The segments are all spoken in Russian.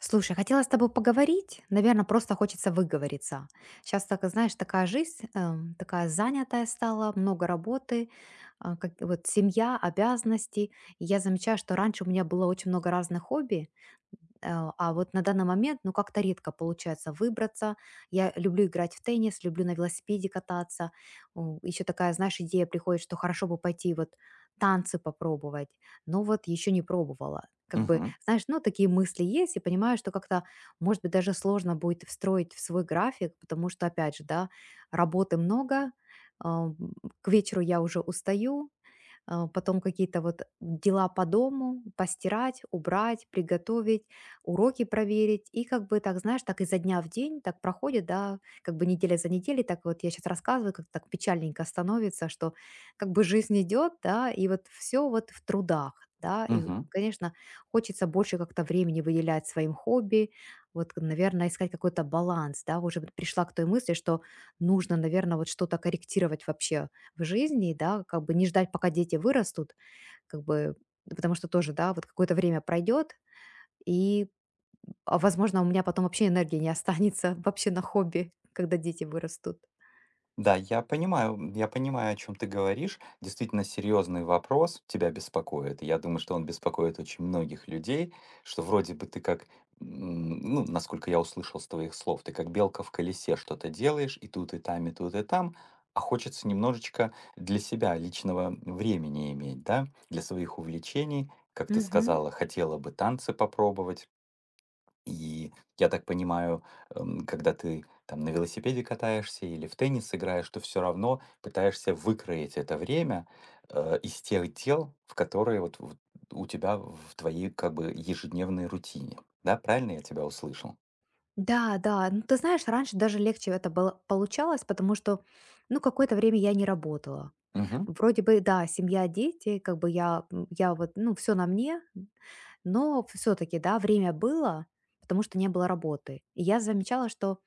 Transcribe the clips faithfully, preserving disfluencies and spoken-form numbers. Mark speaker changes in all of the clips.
Speaker 1: Слушай, хотела с тобой поговорить. Наверное, просто хочется выговориться. Сейчас, так, знаешь, такая жизнь, эм, такая занятая стала, много работы, а, как вот семья, обязанности. И я замечаю, что раньше у меня было очень много разных хобби. Э, А вот на данный момент, ну, как-то редко получается выбраться. Я люблю играть в теннис, люблю на велосипеде кататься. Еще такая, знаешь, идея приходит, что хорошо бы пойти вот танцы попробовать. Но вот еще не пробовала. Как бы,
Speaker 2: Мгм,
Speaker 1: знаешь, ну, такие мысли есть, и понимаю, что как-то, может быть, даже сложно будет встроить в свой график, потому что, опять же, да, работы много, а, м, к вечеру я уже устаю, а, потом какие-то вот дела по дому, постирать, убрать, приготовить, уроки проверить. И как бы так, знаешь, так изо дня в день так проходит, да, как бы неделя за неделей, так вот я сейчас рассказываю, как так печальненько становится, что как бы жизнь идет, да, и вот все вот в трудах, да, и,
Speaker 2: мгм.
Speaker 1: конечно, хочется больше как-то времени выделять своим хобби, вот, наверное, искать какой-то баланс, да, уже вот пришла к той мысли, что нужно, наверное, вот что-то корректировать вообще в жизни, да, как бы не ждать, пока дети вырастут, как бы, потому что тоже, да, вот какое-то время пройдет, и, а, возможно, у меня потом вообще энергии не останется вообще на хобби, когда дети вырастут.
Speaker 2: Да, я понимаю, я понимаю, о чем ты говоришь. Действительно серьезный вопрос тебя беспокоит. Я думаю, что он беспокоит очень многих людей, что вроде бы ты как, м, ну, насколько я услышал с твоих слов, ты как белка в колесе что-то делаешь, и тут, и там, и тут, и там, а хочется немножечко для себя личного времени иметь, да, для своих увлечений. Как ты
Speaker 1: Мгм.
Speaker 2: сказала, хотела бы танцы попробовать. И я так понимаю, эм, когда ты там на велосипеде катаешься или в теннис играешь, что все равно пытаешься выкроить это время, э, из тех дел, в которые вот вот у тебя в твоей как бы ежедневной рутине. Да, правильно я тебя услышал?
Speaker 1: Да, да. Ну, ты знаешь, раньше даже легче это было, получалось, потому что, ну, какое-то время я не работала.
Speaker 2: Мгм,
Speaker 1: Вроде бы, да, семья, дети, как бы я, м, я вот, ну, все на мне, но все-таки, да, время было, потому что не было работы. И я замечала, что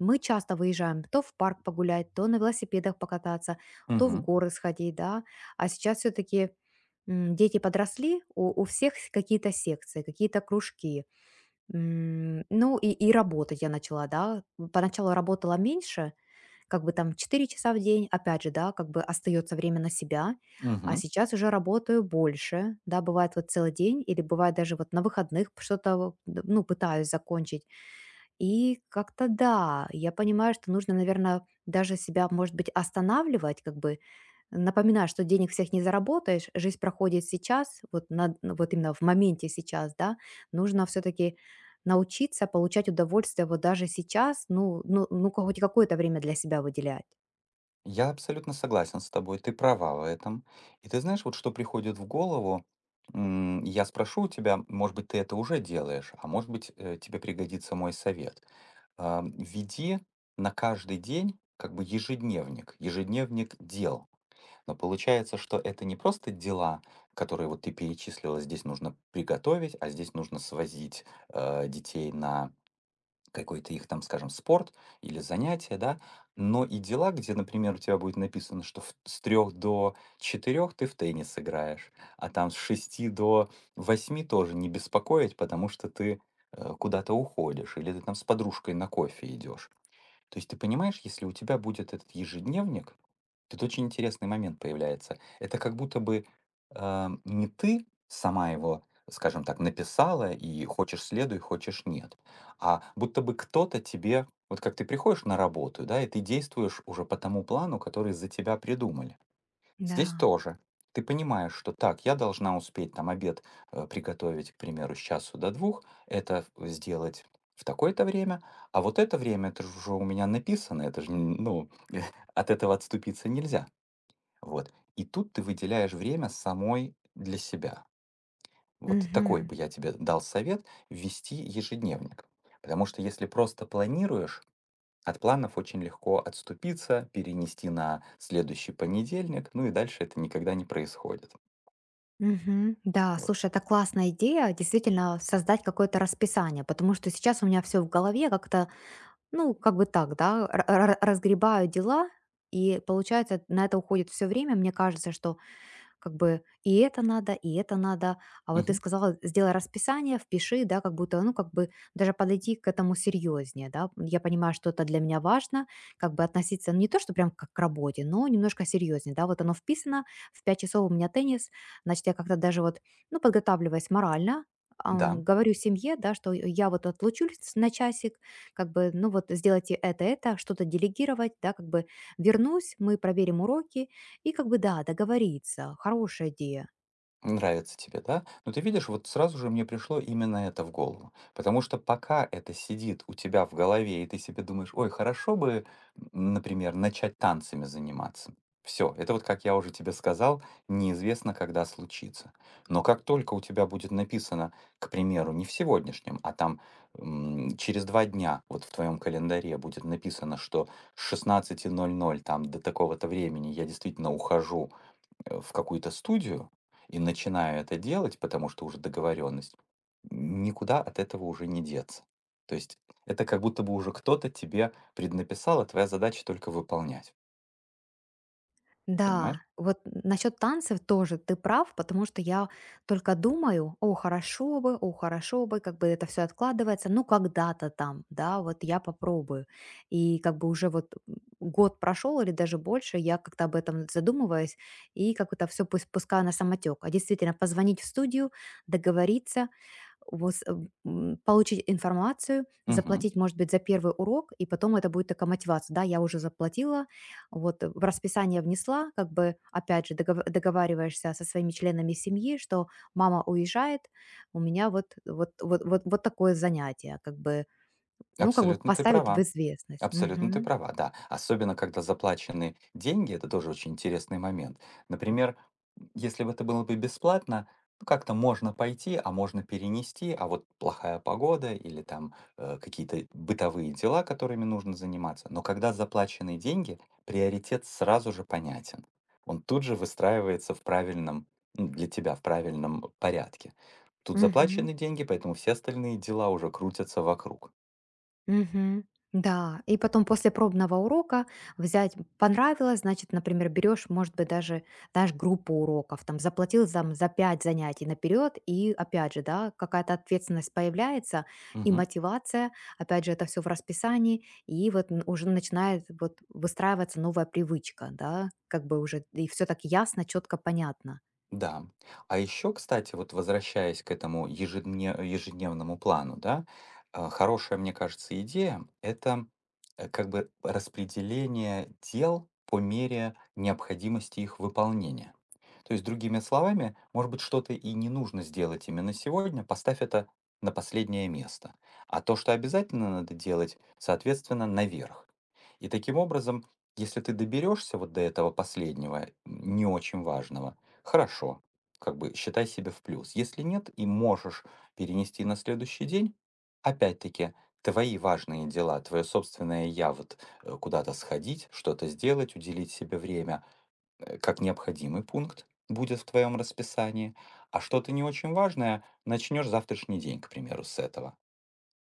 Speaker 1: мы часто выезжаем то в парк погулять, то на велосипедах покататься, то в
Speaker 2: мгм,
Speaker 1: горы сходить, да. А сейчас все-таки дети подросли, у, у всех с- какие-то секции, какие-то кружки. М, Ну и, и работать я начала, да. Поначалу работала меньше, как бы там четыре часа в день, опять же, да, как бы остается время на себя. А
Speaker 2: мгм.
Speaker 1: сейчас уже работаю больше, да, бывает вот целый день или бывает даже вот на выходных что-то, ну, пытаюсь закончить. И как-то да, я понимаю, что нужно, наверное, даже себя, может быть, останавливать, как бы напоминать, что денег всех не заработаешь, жизнь проходит сейчас, вот, на, ну, вот именно в моменте сейчас, да, нужно все-таки научиться получать удовольствие вот даже сейчас, ну, ну, ну хоть какое-то время для себя выделять.
Speaker 2: Я абсолютно согласен с тобой, ты права в этом. И ты знаешь, вот что приходит в голову. М, я спрошу у тебя, может быть, ты это уже делаешь, а может быть, э, тебе пригодится мой совет. ам, веди на каждый день как бы ежедневник, ежедневник дел. Но получается, что это не просто дела, которые вот ты перечислила, здесь нужно приготовить, а здесь нужно свозить э, детей на какой-то их там, скажем, спорт или занятие, да, но и дела, где, например, у тебя будет написано, что в- с трех до четырех ты в теннис играешь, а там с шести до восьми тоже не беспокоить, потому что ты э, куда-то уходишь, или ты там с подружкой на кофе идешь. То есть ты понимаешь, если у тебя будет этот ежедневник, тут очень интересный момент появляется. Это как будто бы э, не ты сама его, скажем так, написала и хочешь следуй, хочешь нет, а будто бы кто-то тебе, вот как ты приходишь на работу, да, и ты действуешь уже по тому плану, который за тебя придумали. Здесь
Speaker 1: Да.
Speaker 2: тоже. Ты понимаешь, что так, я должна успеть там обед э, приготовить, к примеру, с часу до двух, это в- сделать в такое-то время, а вот это время, это же уже у меня написано, это же, н- ну, от этого отступиться нельзя. Вот. И тут ты выделяешь время самой для себя. Вот такой
Speaker 1: Мгм.
Speaker 2: бы я тебе дал совет ввести ежедневник. Потому что если просто планируешь, от планов очень легко отступиться, перенести на следующий понедельник, ну и дальше это никогда не происходит.
Speaker 1: Мгм. Да,
Speaker 2: Вот.
Speaker 1: слушай, это классная идея, действительно создать какое-то расписание, потому что сейчас у меня все в голове как-то. Ну, как бы так, да, ра- ра- разгребаю дела, и получается, на это уходит все время. Мне кажется, что как бы и это надо, и это надо. А вот ты
Speaker 2: Мгм.
Speaker 1: сказала, сделай расписание, впиши, да, как будто, ну, как бы даже подойти к этому серьезнее, да. Я понимаю, что это для меня важно, как бы относиться не то, что прям как к работе, но немножко серьезнее, да. Вот оно вписано, в пять часов у меня теннис, значит, я как-то даже вот, ну, подготавливаясь морально,
Speaker 2: Да.
Speaker 1: ам, говорю семье, да, что я вот отлучусь на часик, как бы, ну вот сделайте это, это, что-то делегировать, да, как бы вернусь, мы проверим уроки, и как бы да, договориться. Хорошая идея.
Speaker 2: Нравится тебе, да? Но ты видишь, вот сразу же мне пришло именно это в голову. Потому что пока это сидит у тебя в голове, и ты себе думаешь, ой, хорошо бы, м, например, начать танцами заниматься. Все, это вот, как я уже тебе сказал, неизвестно, когда случится. Но как только у тебя будет написано, к примеру, не в сегодняшнем, а там м, через два дня вот в твоем календаре будет написано, что с шестнадцати ноль ноль там до такого-то времени я действительно ухожу э, в какую-то студию и начинаю это делать, потому что уже договоренность, никуда от этого уже не деться. То есть это как будто бы уже кто-то тебе преднаписал, а твоя задача только выполнять. Понимаешь?
Speaker 1: Да, вот насчет танцев тоже ты прав, потому что я только думаю, о, хорошо бы, о, хорошо бы, как бы это все откладывается, ну, когда-то там, да, вот я попробую. И как бы уже вот м, год прошел или даже больше, я как-то об этом задумываюсь и как-то все пускаю на самотек. А действительно, позвонить в студию, договориться, вос эм, м, получить информацию,
Speaker 2: Мгм.
Speaker 1: заплатить, может быть, за первый урок, и потом это будет такая мотивация. Да, я уже заплатила, вот э, в расписание внесла, как бы, опять же, догов- договариваешься со своими членами семьи, что мама уезжает, у меня вот, вот, вот, вот, вот такое занятие, как бы, ну, как бы
Speaker 2: Абсолютно ты
Speaker 1: поставить в
Speaker 2: права.
Speaker 1: известность.
Speaker 2: Абсолютно ты
Speaker 1: Мгм.
Speaker 2: права, да. Особенно когда заплачены деньги, это тоже очень интересный момент. Например, м, если бы это было бы бесплатно, ну, как-то можно пойти, а можно перенести, а вот плохая погода или там э, какие-то бытовые дела, которыми нужно заниматься. Но когда заплачены деньги, приоритет сразу же понятен. Он тут же выстраивается в правильном, ну, для тебя в правильном порядке. Тут
Speaker 1: Мгм.
Speaker 2: заплачены деньги, поэтому все остальные дела уже крутятся вокруг.
Speaker 1: Мгм. Да, и потом после пробного урока взять понравилось, значит, например, берешь, может быть, даже, знаешь, группу уроков, там, заплатил там, за пять занятий наперед, и опять же, да, какая-то ответственность появляется, и
Speaker 2: Мгм.
Speaker 1: мотивация, опять же, это все в расписании, и вот н- уже начинает вот выстраиваться новая привычка, да, как бы уже, и все так ясно, четко, понятно.
Speaker 2: Да. А еще, кстати, вот возвращаясь к этому ежедне- ежедневному плану, да, а, хорошая, мне кажется, идея — это э, как бы распределение дел по мере необходимости их выполнения. То есть, другими словами, может быть, что-то и не нужно сделать именно сегодня, поставь это на последнее место. А то, что обязательно надо делать, соответственно, наверх. И таким образом, если ты доберешься вот до этого последнего, м, не очень важного, хорошо, как бы считай себя в плюс. Если нет и можешь перенести на следующий день, опять-таки, твои важные дела, твое собственное я, вот э, куда-то сходить, что-то сделать, уделить себе время, э, как необходимый пункт будет в твоем расписании, а что-то не очень важное начнешь завтрашний день, к примеру, с этого.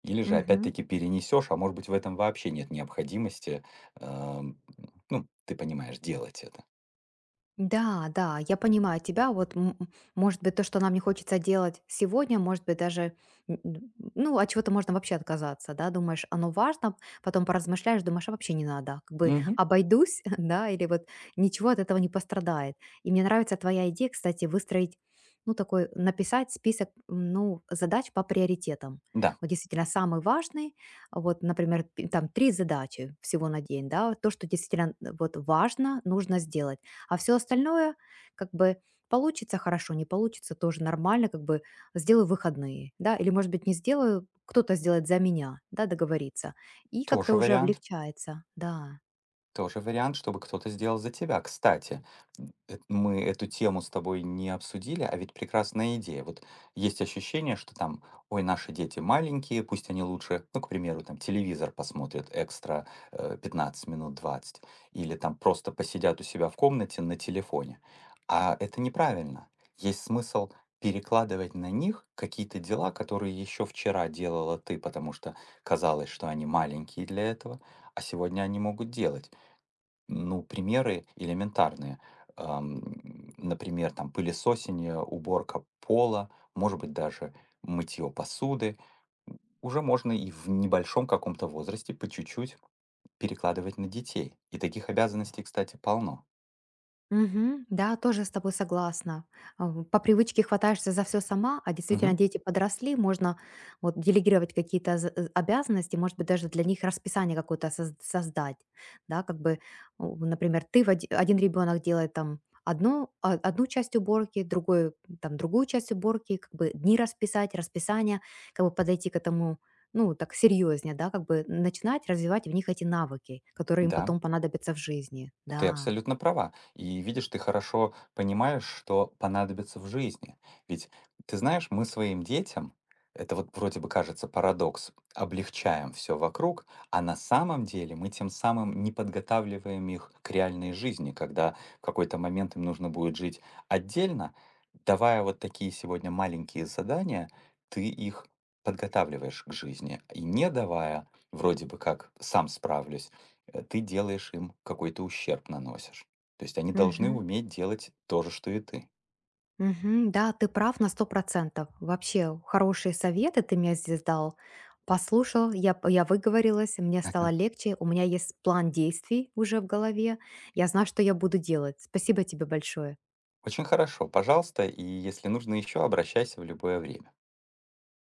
Speaker 2: Или же опять-таки перенесешь, а может быть в этом вообще нет необходимости. эм, ну, ты понимаешь, делать это.
Speaker 1: Да, да, я понимаю тебя. Вот, м, м, может быть, то, что нам не хочется делать сегодня, может быть, даже, н- н- ну, от чего-то можно вообще отказаться, да, думаешь, оно важно, потом поразмышляешь, думаешь, а вообще не надо, как бы
Speaker 2: Мгм.
Speaker 1: обойдусь, да, или вот ничего от этого не пострадает. И мне нравится твоя идея, кстати, выстроить, ну, такой, написать список, м, ну, задач по приоритетам.
Speaker 2: Да,
Speaker 1: Вот действительно самый важный, а вот, например, пи- там три задачи всего на день, да, то, что действительно э, вот важно, нужно сделать, а все остальное как бы получится хорошо, не получится тоже нормально, как бы сделаю выходные, да, или, может быть, не сделаю, кто-то сделает за меня, да, договориться. И как-то
Speaker 2: тоже
Speaker 1: уже
Speaker 2: вариант.
Speaker 1: облегчается, да.
Speaker 2: Тоже вариант, чтобы кто-то сделал за тебя. Кстати, м, эт- мы эту тему с тобой не обсудили, а ведь прекрасная идея. Вот есть ощущение, что там, ой, наши дети маленькие, пусть они лучше, ну, к примеру, там телевизор посмотрят экстра э, пятнадцать минут двадцать или там просто посидят у себя в комнате на телефоне. А это неправильно. Есть смысл перекладывать на них какие-то дела, которые еще вчера делала ты, потому что казалось, что они маленькие для этого, а сегодня они могут делать. Ну, примеры элементарные. Ам, Например, там пылесосение, уборка пола, может быть, даже мытье посуды. Уже можно и в небольшом каком-то возрасте по чуть-чуть перекладывать на детей. И таких обязанностей, кстати, полно.
Speaker 1: Мгм. Да, тоже с тобой согласна. А, в- по привычке хватаешься за все сама, а действительно
Speaker 2: Мгм.
Speaker 1: дети подросли, можно вот делегировать какие-то за- э, обязанности, может быть, даже для них расписание какое-то соз- создать, да, как бы, у- например, ты в оди- один ребенок делает там одну, а- одну часть уборки, другой там другую часть уборки, как бы дни расписать, расписание, как бы подойти к этому, ну, так серьезнее, да, как бы начинать развивать в них эти навыки, которые им
Speaker 2: Да.
Speaker 1: потом понадобятся в жизни,
Speaker 2: Ты
Speaker 1: да.
Speaker 2: абсолютно права. И видишь, ты хорошо понимаешь, что понадобится в жизни. Ведь ты знаешь, мы своим детям, это вот вроде бы кажется парадокс, облегчаем все вокруг, а на самом деле мы тем самым не подготавливаем их к реальной жизни, когда в какой-то момент им нужно будет жить отдельно. Давая вот такие сегодня маленькие задания, ты их подготавливаешь к жизни, и не давая, вроде бы как сам справлюсь, э, ты делаешь им какой-то ущерб наносишь. То есть они должны
Speaker 1: Мгм.
Speaker 2: уметь делать то же, что и ты.
Speaker 1: Мгм. Да, ты прав на сто процентов. Вообще, хорошие советы ты мне здесь дал. Послушал, я, п- я выговорилась, мне стало легче, у меня есть план действий уже в голове, я знаю, что я буду делать. Спасибо тебе большое.
Speaker 2: Очень хорошо, пожалуйста, и если нужно еще, обращайся в любое время.